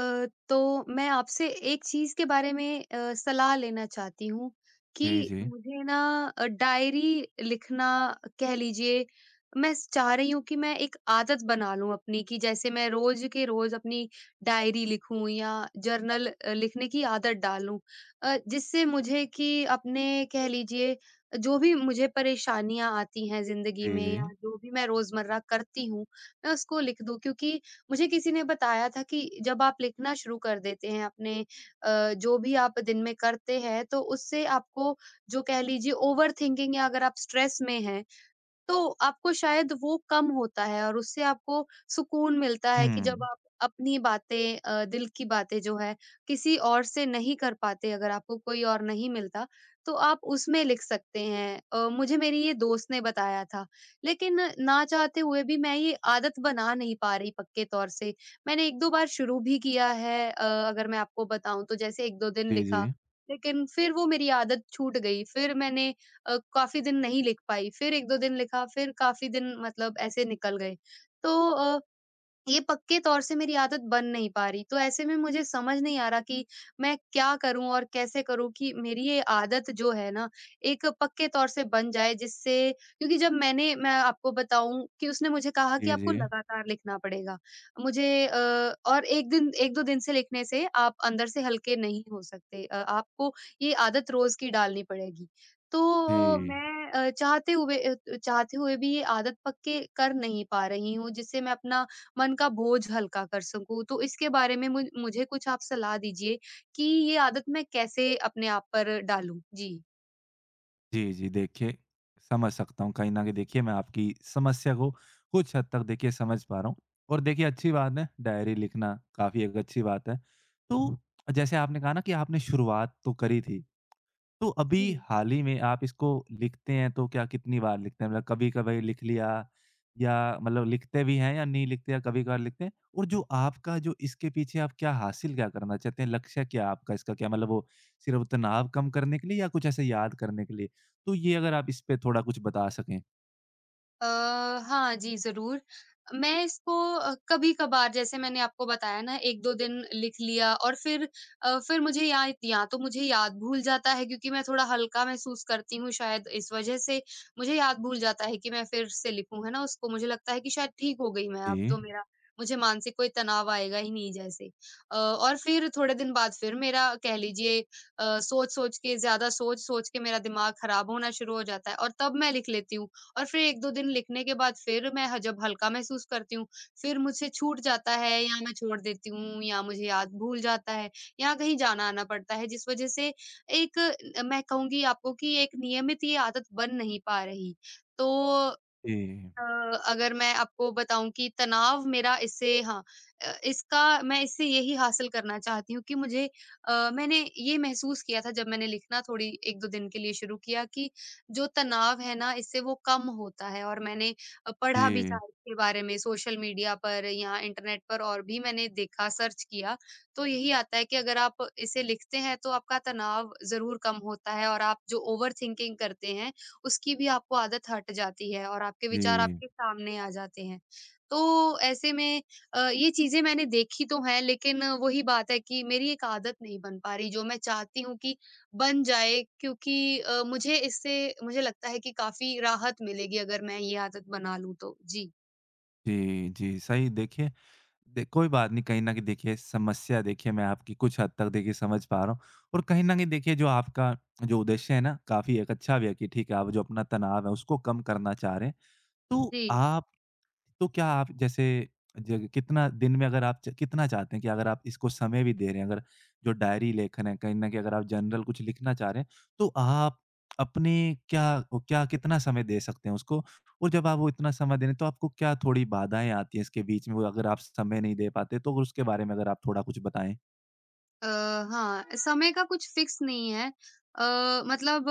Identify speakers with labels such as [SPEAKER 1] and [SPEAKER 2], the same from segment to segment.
[SPEAKER 1] तो मैं आपसे एक चीज़ के बारे में सलाह लेना चाहती हूँ कि
[SPEAKER 2] जी, जी।
[SPEAKER 1] मुझे ना डायरी लिखना कह लीजिए मैं चाह रही हूँ कि मैं एक आदत बना लूँ अपनी कि जैसे मैं रोज के रोज अपनी डायरी लिखूं या जर्नल लिखने की आदत डालूं। जिससे मुझे कि अपने कह लीजिए जो भी मुझे परेशानियां आती हैं जिंदगी
[SPEAKER 2] जी,
[SPEAKER 1] में
[SPEAKER 2] जी।
[SPEAKER 1] या जो भी मैं रोजमर्रा करती हूँ मैं उसको लिख दूं, क्योंकि मुझे किसी ने बताया था कि जब आप लिखना शुरू कर देते हैं अपने जो भी आप दिन में करते हैं, तो उससे आपको जो कह लीजिए ओवरथिंकिंग या अगर आप स्ट्रेस में हैं, तो आपको शायद वो कम होता है और उससे आपको सुकून मिलता है कि जब
[SPEAKER 2] हुँ।
[SPEAKER 1] आप अपनी बातें दिल की बातें जो है किसी और से नहीं कर पाते, अगर आपको कोई और नहीं मिलता, तो आप उसमें लिख सकते हैं। मुझे मेरी ये दोस्त ने बताया था, लेकिन ना चाहते हुए भी मैं ये आदत बना नहीं पा रही पक्के तौर से। मैंने 1-2 बार शुरू भी किया है। अगर मैं आपको बताऊँ तो जैसे 1-2 दिन
[SPEAKER 2] जी,
[SPEAKER 1] लिखा,
[SPEAKER 2] जी।
[SPEAKER 1] लेकिन फिर वो मेरी आदत छूट गई। फिर मैंने काफ़ी दिन नहीं लिख पाई, फिर 1-2 दिन लिखा, फिर काफ़ी दिन मतलब ऐसे निकल गए। तो ये पक्के तौर से मेरी आदत बन नहीं पा रही। तो ऐसे में मुझे समझ नहीं आ रहा कि मैं क्या करूँ और कैसे करूँ कि मेरी ये आदत जो है ना, एक पक्के तौर से बन जाए, जिससे क्योंकि जब मैं आपको बताऊँ कि उसने मुझे कहा कि
[SPEAKER 2] जी,
[SPEAKER 1] आपको
[SPEAKER 2] जी।
[SPEAKER 1] लगातार लिखना पड़ेगा। मुझे और 1 दिन 1-2 दिन से लिखने से आप अंदर से हल्के नहीं हो सकते। आपको ये आदत रोज़ की डालनी पड़ेगी। तो
[SPEAKER 2] जी।
[SPEAKER 1] मैं चाहते हुए चाहते हुए भी ये आदत पक्के कर नहीं पा रही हूँ, जिससे मैं अपना मन का बोझ हल्का कर सकूँ। तो इसके बारे में मुझे कुछ आप सलाह दीजिए कि ये आदत मैं कैसे अपने आप पर डालूँ? जी।
[SPEAKER 2] जी, जी। देखिए, समझ सकता हूँ। कहीं न कहीं देखिए मैं आपकी समस्या को कुछ हद तक देखिए समझ पा रहा हूँ। और देखिए अच्छी बात है, डायरी लिखना काफ़ी एक अच्छी बात है। तो जैसे आपने कहा ना कि आपने शुरुआत तो करी थी। तो अभी
[SPEAKER 1] जी।
[SPEAKER 2] हाल ही में आप इसको लिखते हैं तो क्या कितनी बार लिखते हैं? मतलब कभी-कभार लिख लिया, या मतलब लिखते भी हैं या नहीं लिखते, या कभी-कभार लिखते हैं? और जो आपका जो इसके पीछे आप क्या हासिल क्या करना चाहते हैं? लक्ष्य क्या है आपका इसका? क्या मतलब वो सिर्फ़ तनाव कम करने के लिए, या कुछ ऐसे याद करने के लिए? तो ये अगर आप इस पे थोड़ा कुछ बता सकें।
[SPEAKER 1] अ, हाँ जी, ज़रूर। मैं इसको कभी-कभार जैसे मैंने आपको बताया ना 1-2 दिन लिख लिया और फिर फिर मुझे या तो मुझे याद भूल जाता है क्योंकि मैं थोड़ा हल्का महसूस करती हूँ, शायद इस वज़ह से मुझे याद भूल जाता है कि मैं फिर से लिखूँ, है ना। उसको मुझे लगता है कि शायद ठीक हो गई मैं, अब
[SPEAKER 2] जी,
[SPEAKER 1] तो मेरा मुझे मानसिक कोई तनाव आएगा ही नहीं जैसे। और फिर थोड़े दिन बाद फिर मेरा कह लीजिए सोच-सोच के ज़्यादा सोच-सोच के मेरा दिमाग खराब होना शुरू हो जाता है और तब मैं लिख लेती हूँ। और फिर 1-2 दिन लिखने के बाद फिर मैं ह जब हल्का महसूस करती हूँ, फिर मुझसे छूट जाता है या मैं छोड़ देती हूँ या मुझे याद भूल जाता है या कहीं जाना-आना पड़ता है, जिस वज़ह से एक मैं कहूँगी आपको कि एक नियमित ये आदत बन नहीं पा रही। तो
[SPEAKER 2] जी,
[SPEAKER 1] अ, अगर मैं आपको बताऊँ कि तनाव मेरा इससे हाँ इसका मैं इससे यही हासिल करना चाहती हूँ कि मुझे मैंने ये महसूस किया था जब मैंने लिखना थोड़ी 1-2 दिन के लिए शुरू किया कि जो तनाव है ना इससे वो कम होता है और मैंने पढ़ा भी था
[SPEAKER 2] जी,
[SPEAKER 1] इसके बारे में सोशल मीडिया पर या इंटरनेट पर और भी मैंने देखा सर्च किया, तो यही आता है कि अगर आप इसे लिखते हैं तो आपका तनाव ज़रूर कम होता है और आप जो ओवरथिंकिंग करते हैं उसकी भी आपको आदत हट जाती है और आपके
[SPEAKER 2] जी,
[SPEAKER 1] विचार
[SPEAKER 2] जी,
[SPEAKER 1] आपके सामने आ जाते हैं। तो ऐसे में ये चीज़ें मैंने देखी तो हैं, लेकिन वही बात है कि मेरी एक आदत नहीं बन पा रही जो मैं चाहती हूँ कि बन जाए, क्योंकि मुझे इससे मुझे लगता है कि काफ़ी राहत मिलेगी अगर मैं ये आदत बना लूँ तो। जी।
[SPEAKER 2] जी, जी, सही। देखिए दे कोई बात नहीं, कहीं न कहीं देखिए समस्या देखिए मैं आपकी कुछ हद तक देखिए समझ पा रहा हूँ। और कहीं न कहीं देखिए जो आपका जो उद्देश्य है ना काफ़ी एक अच्छा भी है, कि ठीक है, आप जो अपना तनाव है उसको कम करना चाह रहे हैं। तो
[SPEAKER 1] जी।
[SPEAKER 2] आप तो क्या आप जैसे जग कितना दिन में, अगर आप च कितना चाहते हैं कि अगर आप इसको समय भी दे रहे हैं, अगर जो डायरी लेखन है, कहीं न कहीं अगर आप जनरल कुछ लिखना चाह रहे हैं, तो आप अपने क्या ओ क्या कितना समय दे सकते हैं उसको? और जब आप वो इतना समय दे रहे हैं, तो आपको क्या थोड़ी बाधाएँ आती हैं इसके बीच में? वो अगर आप समय नहीं दे पाते, तो उसके बारे में अगर आप थोड़ा कुछ बताएँ?
[SPEAKER 1] अ, हाँ, समय का कुछ फिक्स नहीं है। मतलब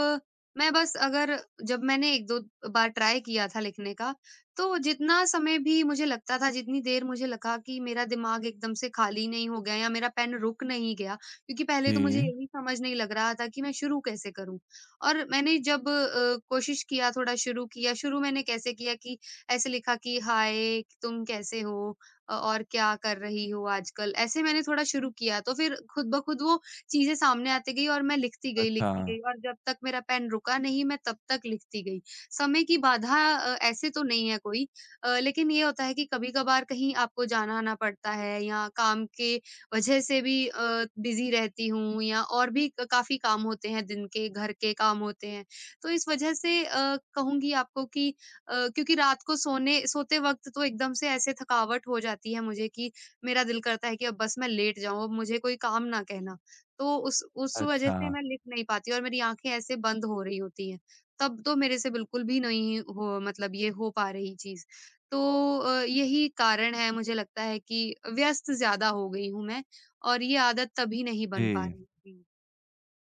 [SPEAKER 1] मैं बस अगर जब मैंने 1-2 बार ट्राई किया था लिखने का, तो जितना समय भी मुझे लगता था, जितनी देर मुझे लगा कि मेरा दिमाग एकदम से खाली नहीं हो गया या मेरा पेन रुक नहीं गया, क्योंकि पहले तो मुझे
[SPEAKER 2] जी।
[SPEAKER 1] यही समझ नहीं लग रहा था कि मैं शुरू कैसे करूँ? और मैंने जब कोशिश किया, थोड़ा शुरू किया, शुरू मैंने कैसे किया कि ऐसे लिखा कि हाय! तुम कैसे हो? और क्या कर रही हो आजकल? ऐसे मैंने थोड़ा शुरू किया तो फिर खुद ब खुद वो चीज़ें सामने आती गई और मैं
[SPEAKER 2] अच्छा।
[SPEAKER 1] लिखती गई और जब तक मेरा पेन रुका नहीं मैं तब तक लिखती गई। समय की बाधा ऐसे तो नहीं है कोई। लेकिन ये होता है कि कभी-कभार कहीं आपको जाना आना पड़ता है या काम के वजह से भी बिज़ी रहती हूँ या और भी क काफ़ी काम होते हैं दिन के, घर के काम होते हैं। तो इस वजह से कहूँगी आपको कि क्योंकि रात को सोने सोते वक़्त तो एकदम से ऐसे थकावट हो जाती है मुझे कि मेरा दिल करता है कि अब बस मैं लेट जाऊँ, अब मुझे कोई काम ना कहना। तो उस वज़ह
[SPEAKER 2] अच्छा।
[SPEAKER 1] से मैं लिख नहीं पाती और मेरी आँखें ऐसे बंद हो रही होती हैं। तब तो मेरे से बिल्कुल भी नहीं हो मतलब ये हो पा रही चीज़। तो यही कारण है मुझे लगता है कि व्यस्त ज़्यादा हो गई हूँ मैं और ये आदत तभी नहीं बन पा
[SPEAKER 2] जी।
[SPEAKER 1] रही। जी।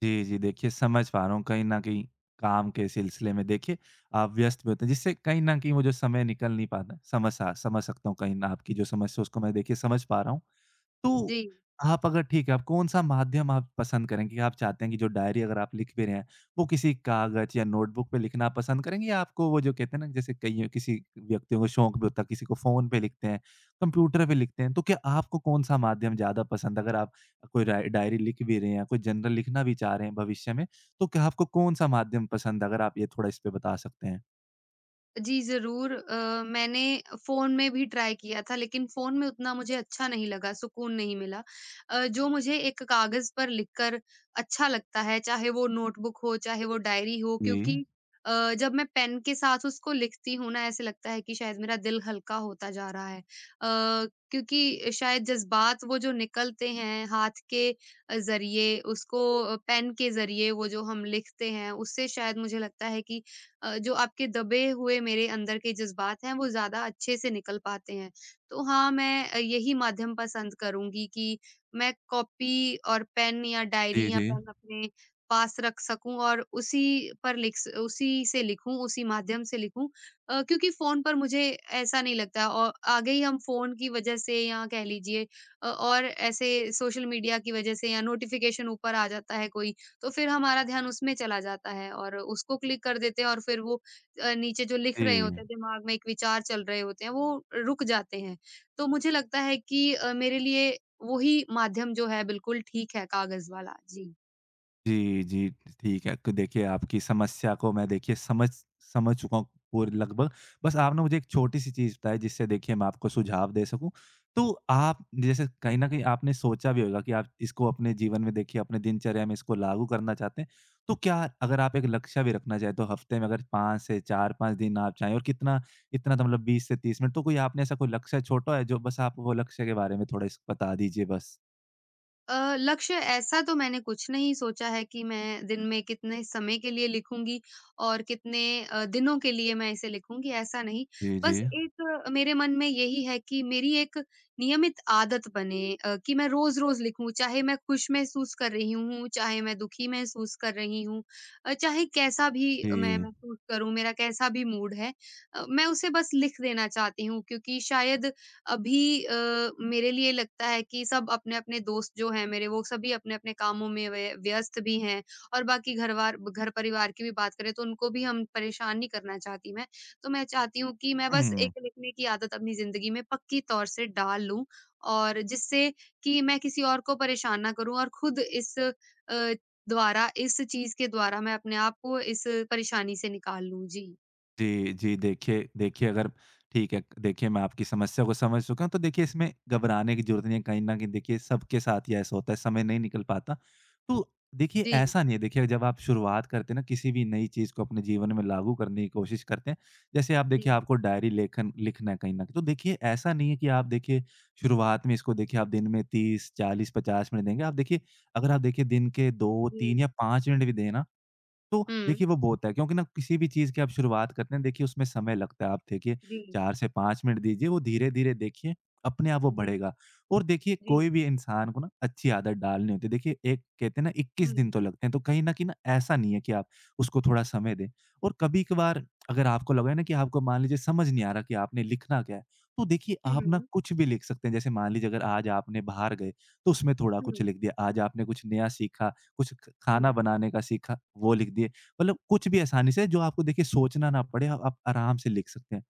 [SPEAKER 2] जी, जी। देखिए समझ पा रहा हूँ, कहीं न कहीं काम के सिलसिले में देखिए आप व्यस्त भी होते हैं, जिससे कहीं न कहीं वो जो समय निकल नहीं पाता है। समझ सकता हूँ, कहीं न आपकी जो समस्या उसको मैं देखिए समझ पा रहा हूँ। तो
[SPEAKER 1] जी।
[SPEAKER 2] आप अगर ठीक है, आप कौन-सा माध्यम आप पसंद करेंगे? आप चाहते हैं कि जो डायरी अगर आप लिख भी रहे हैं, वो किसी कागज़ या नोटबुक पे लिखना आप पसंद करेंगे, या आपको वो जो कहते हैं ना, जैसे कई किसी व्यक्तियों को शौक भी होता है, किसी को फ़ोन पे लिखते हैं, कंप्यूटर पे लिखते हैं, तो क्या आपको कौन-सा माध्यम ज़्यादा पसंद है? अगर आप कोई डायरी लिख भी रहे हैं, या कोई जर्नल लिखना भी चाह रहे हैं भविष्य में, तो क्या आपको कौन-सा माध्यम पसंद है? अगर आप ये थोड़ा इस पे बता सकते हैं।
[SPEAKER 1] जी, ज़रूर मैंने फ़ोन में भी ट्राई किया था, लेकिन फ़ोन में उतना मुझे अच्छा नहीं लगा, सुकून नहीं मिला। जो मुझे एक कागज़ पर लिखकर अच्छा लगता है, चाहे वो नोटबुक हो, चाहे वो डायरी हो,
[SPEAKER 2] जी।
[SPEAKER 1] क्योंकि जब मैं पेन के साथ उसको लिखती हूँ ना, ऐसे लगता है कि शायद मेरा दिल हल्का होता जा रहा है। क्योंकि शायद जज़्बात वो जो निकलते हैं हाथ के ज़रिए उसको पेन के ज़रिए वो जो हम लिखते हैं, उससे शायद मुझे लगता है कि जो आपके दबे हुए मेरे अंदर के जज़्बात हैं, वो ज़्यादा अच्छे से निकल पाते हैं। तो हाँ, मैं यही माध्यम पसंद करूँगी कि मैं कॉपी और पेन या डायरी
[SPEAKER 2] जी,
[SPEAKER 1] या
[SPEAKER 2] जी।
[SPEAKER 1] पेन अपने पास रख सकूँ और उसी पर लिख स उसी से लिखूँ, उसी माध्यम से लिखूँ। क्योंकि फ़ोन पर मुझे ऐसा नहीं लगता और आगे ही हम फ़ोन की वज़ह से या कह लीजिए और ऐसे सोशल मीडिया की वज़ह से या नोटिफ़िकेशन ऊपर आ जाता है कोई, तो फिर हमारा ध्यान उसमें चला जाता है और उसको क्लिक कर देते हैं और फिर वो नीचे जो लिख रहे होते
[SPEAKER 2] जी।
[SPEAKER 1] हैं, दिमाग में एक विचार चल रहे होते हैं, वो रुक जाते हैं। तो मुझे लगता है कि मेरे लिए वो ही माध्यम जो है बिल्कुल ठीक है कागज़ वाला। जी।
[SPEAKER 2] जी, जी। ठीक है, तो देखिए आपकी समस्या को मैं देखिए समझ समझ चुका हूँ, पूरी लगभग। बस आप ना मुझे एक छोटी-सी चीज़ बताएँ, जिससे देखिए मैं आपको सुझाव दे सकूँ। तो आप जैसे कहीं न कहीं आपने सोचा भी होगा कि आप इसको अपने जीवन में देखिए अपने दिनचर्या में इसको लागू करना चाहते हैं। तो क्या अगर आप एक लक्ष्य भी रखना चाहें, तो हफ़्ते में अगर 5 से 4-5 दिन आप चाहें, और कितना इतना, तो मतलब 20 से 30 मिनट, तो कोई आपने ऐसा कोई लक्ष्य छोटा है, जो बस आप वो लक्ष्य के बारे में थोड़ा इस बता दीजिए बस?
[SPEAKER 1] लक्ष्य ऐसा तो मैंने कुछ नहीं सोचा है कि मैं दिन में कितने समय के लिए लिखूँगी और कितने दिनों के लिए मैं इसे लिखूँगी, ऐसा नहीं।
[SPEAKER 2] जी, जी।
[SPEAKER 1] बस एक मेरे मन में यही है कि मेरी एक नियमित आदत बने कि मैं रोज़-रोज़ लिखूँ, चाहे मैं खुश महसूस कर रही हूँ, चाहे मैं दुखी महसूस कर रही हूँ चाहे कैसा भी मैं
[SPEAKER 2] जी।
[SPEAKER 1] महसूस करूँ, मेरा कैसा भी मूड है मैं उसे बस लिख देना चाहती हूँ, क्योंकि शायद अभी मेरे लिए लगता है कि सब अपने-अपने दोस्त जो हैं मेरे वो सभी अपने-अपने कामों में व्यस्त भी हैं और बाकी घरवार घर-परिवार की भी बात करें तो उनको भी हम परेशान नहीं करना चाहती मैं। तो मैं चाहती हूँ कि मैं बस
[SPEAKER 2] हुँ।
[SPEAKER 1] एक लिखने की आदत अपनी ज़िंदगी में पक्की तौर से डाल लूँ और जिससे कि मैं किसी और को परेशान ना करूँ और खुद इस चीज़ के द्वारा मैं अपने आप को इस परेशानी से निकाल लूँ। जी।
[SPEAKER 2] जी, जी। देखिए देखिए अगर ठीक है, देखिए मैं आपकी समस्या को समझ चुका हूँ, तो देखिए इसमें घबराने की ज़रूरत नहीं है। कहीं न कहीं देखिए सबके साथ ही ऐसा होता है, समय नहीं निकल पाता। तो देखिए
[SPEAKER 1] जी,
[SPEAKER 2] ऐसा नहीं है, देखिए जब आप शुरुआत करते हैं ना किसी भी नई चीज़ को अपने जीवन में लागू करने की कोशिश करते हैं, जैसे आप देखिए
[SPEAKER 1] जी,
[SPEAKER 2] आपको डायरी लेखन लिखना है कहीं न कहीं, तो देखिए ऐसा नहीं है कि आप देखिए शुरुआत में इसको देखिए आप दिन में 30, 40, 50 मिनट देंगे। आप देखिए अगर आप देखिए दिन के 2,
[SPEAKER 1] जी।
[SPEAKER 2] 3 या 5 मिनट भी दें ना, तो
[SPEAKER 1] हुँ।
[SPEAKER 2] देखिए वो बहुत है, क्योंकि ना किसी भी चीज़ की आप शुरुआत करते हैं देखिए उसमें समय लगता है। आप देखिए
[SPEAKER 1] जी,
[SPEAKER 2] 4 से 5 मिनट दीजिए, वो धीरे-धीरे देखिए अपने आप वो
[SPEAKER 1] जी,
[SPEAKER 2] बढ़ेगा। और देखिए
[SPEAKER 1] जी।
[SPEAKER 2] कोई भी इंसान को ना अच्छी आदत डालनी होती है। देखिए एक कहते हैं ना 21 दिन
[SPEAKER 1] हुँ।
[SPEAKER 2] तो लगते हैं, तो कहीं न कहीं ना ऐसा नहीं है कि आप उसको थोड़ा समय दें। और कभी-कभार अगर आपको लगे ना कि आपको मान लीजिए समझ नहीं आ रहा कि आपने लिखना क्या है? तो देखिए आप ना
[SPEAKER 1] हुँ,
[SPEAKER 2] कुछ भी लिख सकते हैं। जैसे मान लीजिए, अगर आज आपने बाहर गए, तो उसमें थोड़ा कुछ
[SPEAKER 1] हुँ,
[SPEAKER 2] लिख दिया। आज आपने कुछ नया सीखा, कुछ ख खाना
[SPEAKER 1] हुँ।
[SPEAKER 2] बनाने का सीखा, वो लिख दिए। मतलब कुछ भी आसानी से जो आपको देखिए सोचना ना पड़े, आप आराम से लिख सकते हैं।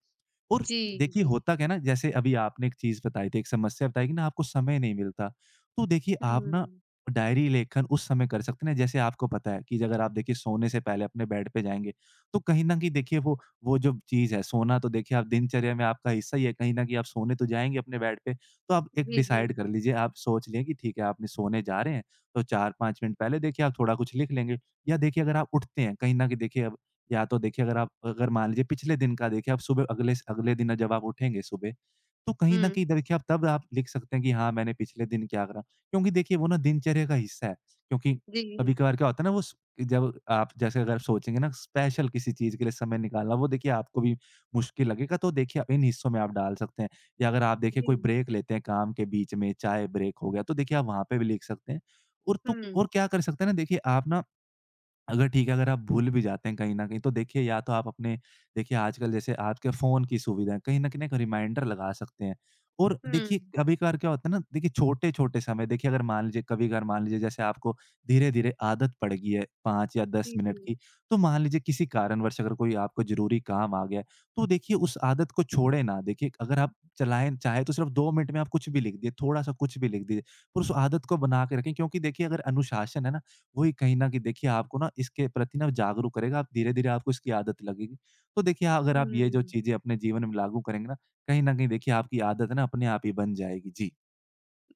[SPEAKER 2] और
[SPEAKER 1] जी,
[SPEAKER 2] देखिए
[SPEAKER 1] जी।
[SPEAKER 2] होता क्या है ना, जैसे अभी आपने एक चीज़ बताई थी, एक समस्या बताई कि ना आपको समय नहीं मिलता। तो देखिए आप ना
[SPEAKER 1] हुँ।
[SPEAKER 2] डायरी लेखन उस समय कर सकते हैं ना, जैसे आपको पता है कि अगर आप देखिए सोने से पहले अपने बेड पे जाएँगे, तो कहीं न कहीं देखिए वो जो चीज़ है सोना, तो देखिए आप दिनचर्या में आपका हिस्सा ही है, कहीं न कहीं आप सोने तो जाएँगे अपने बेड पे। तो आप एक
[SPEAKER 1] जी, जी।
[SPEAKER 2] डिसाइड कर लीजिए, आप सोच लें कि ठीक है आपने सोने जा रहे हैं, तो 4-5 मिनट पहले देखिए आप थोड़ा कुछ लिख लेंगे। या देखिए अगर आप उठते हैं, कहीं न कहीं देखिए, या तो देखिए अगर मान लीजिए पिछले दिन का देखिए आप सुबह अगले स अगले दिन जब आप उठेंगे सुबह, तो कहीं न
[SPEAKER 1] हुँ।
[SPEAKER 2] कहीं देखिए आप तब आप लिख सकते हैं कि हाँ, मैंने पिछले दिन क्या करा। क्योंकि देखिए वो ना दिनचर्या का हिस्सा है, क्योंकि
[SPEAKER 1] जी, जी।
[SPEAKER 2] कभी-कभार क्या होता है ना वो स जब आप जैसे अगर आप सोचेंगे ना स्पेशल किसी चीज़ के लिए समय निकालना, वो देखिए आपको भी मुश्किल लगेगा, तो देखिए आप इन हिस्सों में आप डाल सकते हैं। या अगर आप देखिए
[SPEAKER 1] जी।
[SPEAKER 2] कोई ब्रेक लेते हैं काम के बीच में, चाय ब्रेक हो गया, तो देखिए आप वहाँ पे भी लिख सकते हैं। और तो
[SPEAKER 1] हुँ,
[SPEAKER 2] और क्या कर सकते हैं ना, देखिए आप ना अगर ठीक है, अगर आप भूल भी जाते हैं कहीं न कहीं, तो देखिए या तो आप अपने देखिए आजकल जैसे आपके फ़ोन की सुविधा है, कहीं न कहीं एक रिमाइंडर लगा सकते हैं। और
[SPEAKER 1] हुँ।
[SPEAKER 2] देखिए कभी-कभार क्या होता है ना, देखिए छोटे-छोटे समय देखिए अगर मान लीजिए कभी-कभार मान लीजिए जैसे आपको धीरे-धीरे आदत पड़ गई है 5 या 10
[SPEAKER 1] जी,
[SPEAKER 2] मिनट
[SPEAKER 1] जी।
[SPEAKER 2] की, तो मान लीजिए किसी कारणवश अगर कोई आपको ज़रूरी काम आ गया है, तो देखिए उस आदत को छोड़ें ना। देखिए अगर आप चलाएँ चाहे तो सिर्फ़ 2 मिनट में आप कुछ भी लिख दिए, थोड़ा-सा कुछ भी लिख दीजिए, पर उस आदत को बना के रखें, क्योंकि देखिए अगर अनुशासन है ना, वही कहीं न कहीं देखिए आपको ना इसके प्रति ना जागरूक करेगा, आप धीरे-धीरे आपको इसकी आदत लगेगी। तो देखिए हाँ, अगर आप ये जो
[SPEAKER 1] हुँ।
[SPEAKER 2] चीज़ें अपने जीवन में लागू करेंगे ना, कहीं न कहीं देखिए आपकी आदत ना अपने आप ही बन जाएगी। जी।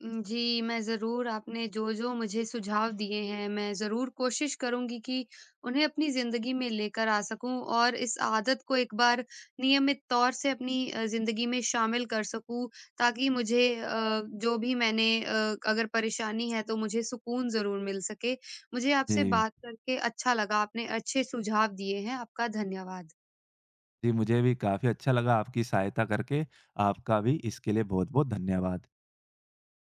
[SPEAKER 1] जी, मैं ज़रूर आपने जो-जो मुझे सुझाव दिए हैं, मैं ज़रूर कोशिश करूँगी कि उन्हें अपनी ज़िंदगी में लेकर आ सकूँ और इस आदत को एक बार नियमित तौर से अपनी ज़िंदगी में शामिल कर सकूँ, ताकि मुझे जो भी मैंने अगर परेशानी है तो मुझे सुकून ज़रूर मिल सके। मुझे आपसे
[SPEAKER 2] जी।
[SPEAKER 1] बात करके अच्छा लगा, आपने अच्छे सुझाव दिए हैं। आपका धन्यवाद।
[SPEAKER 2] जी, मुझे भी काफ़ी अच्छा लगा आपकी सहायता करके। आपका भी इसके लिए बहुत-बहुत धन्यवाद।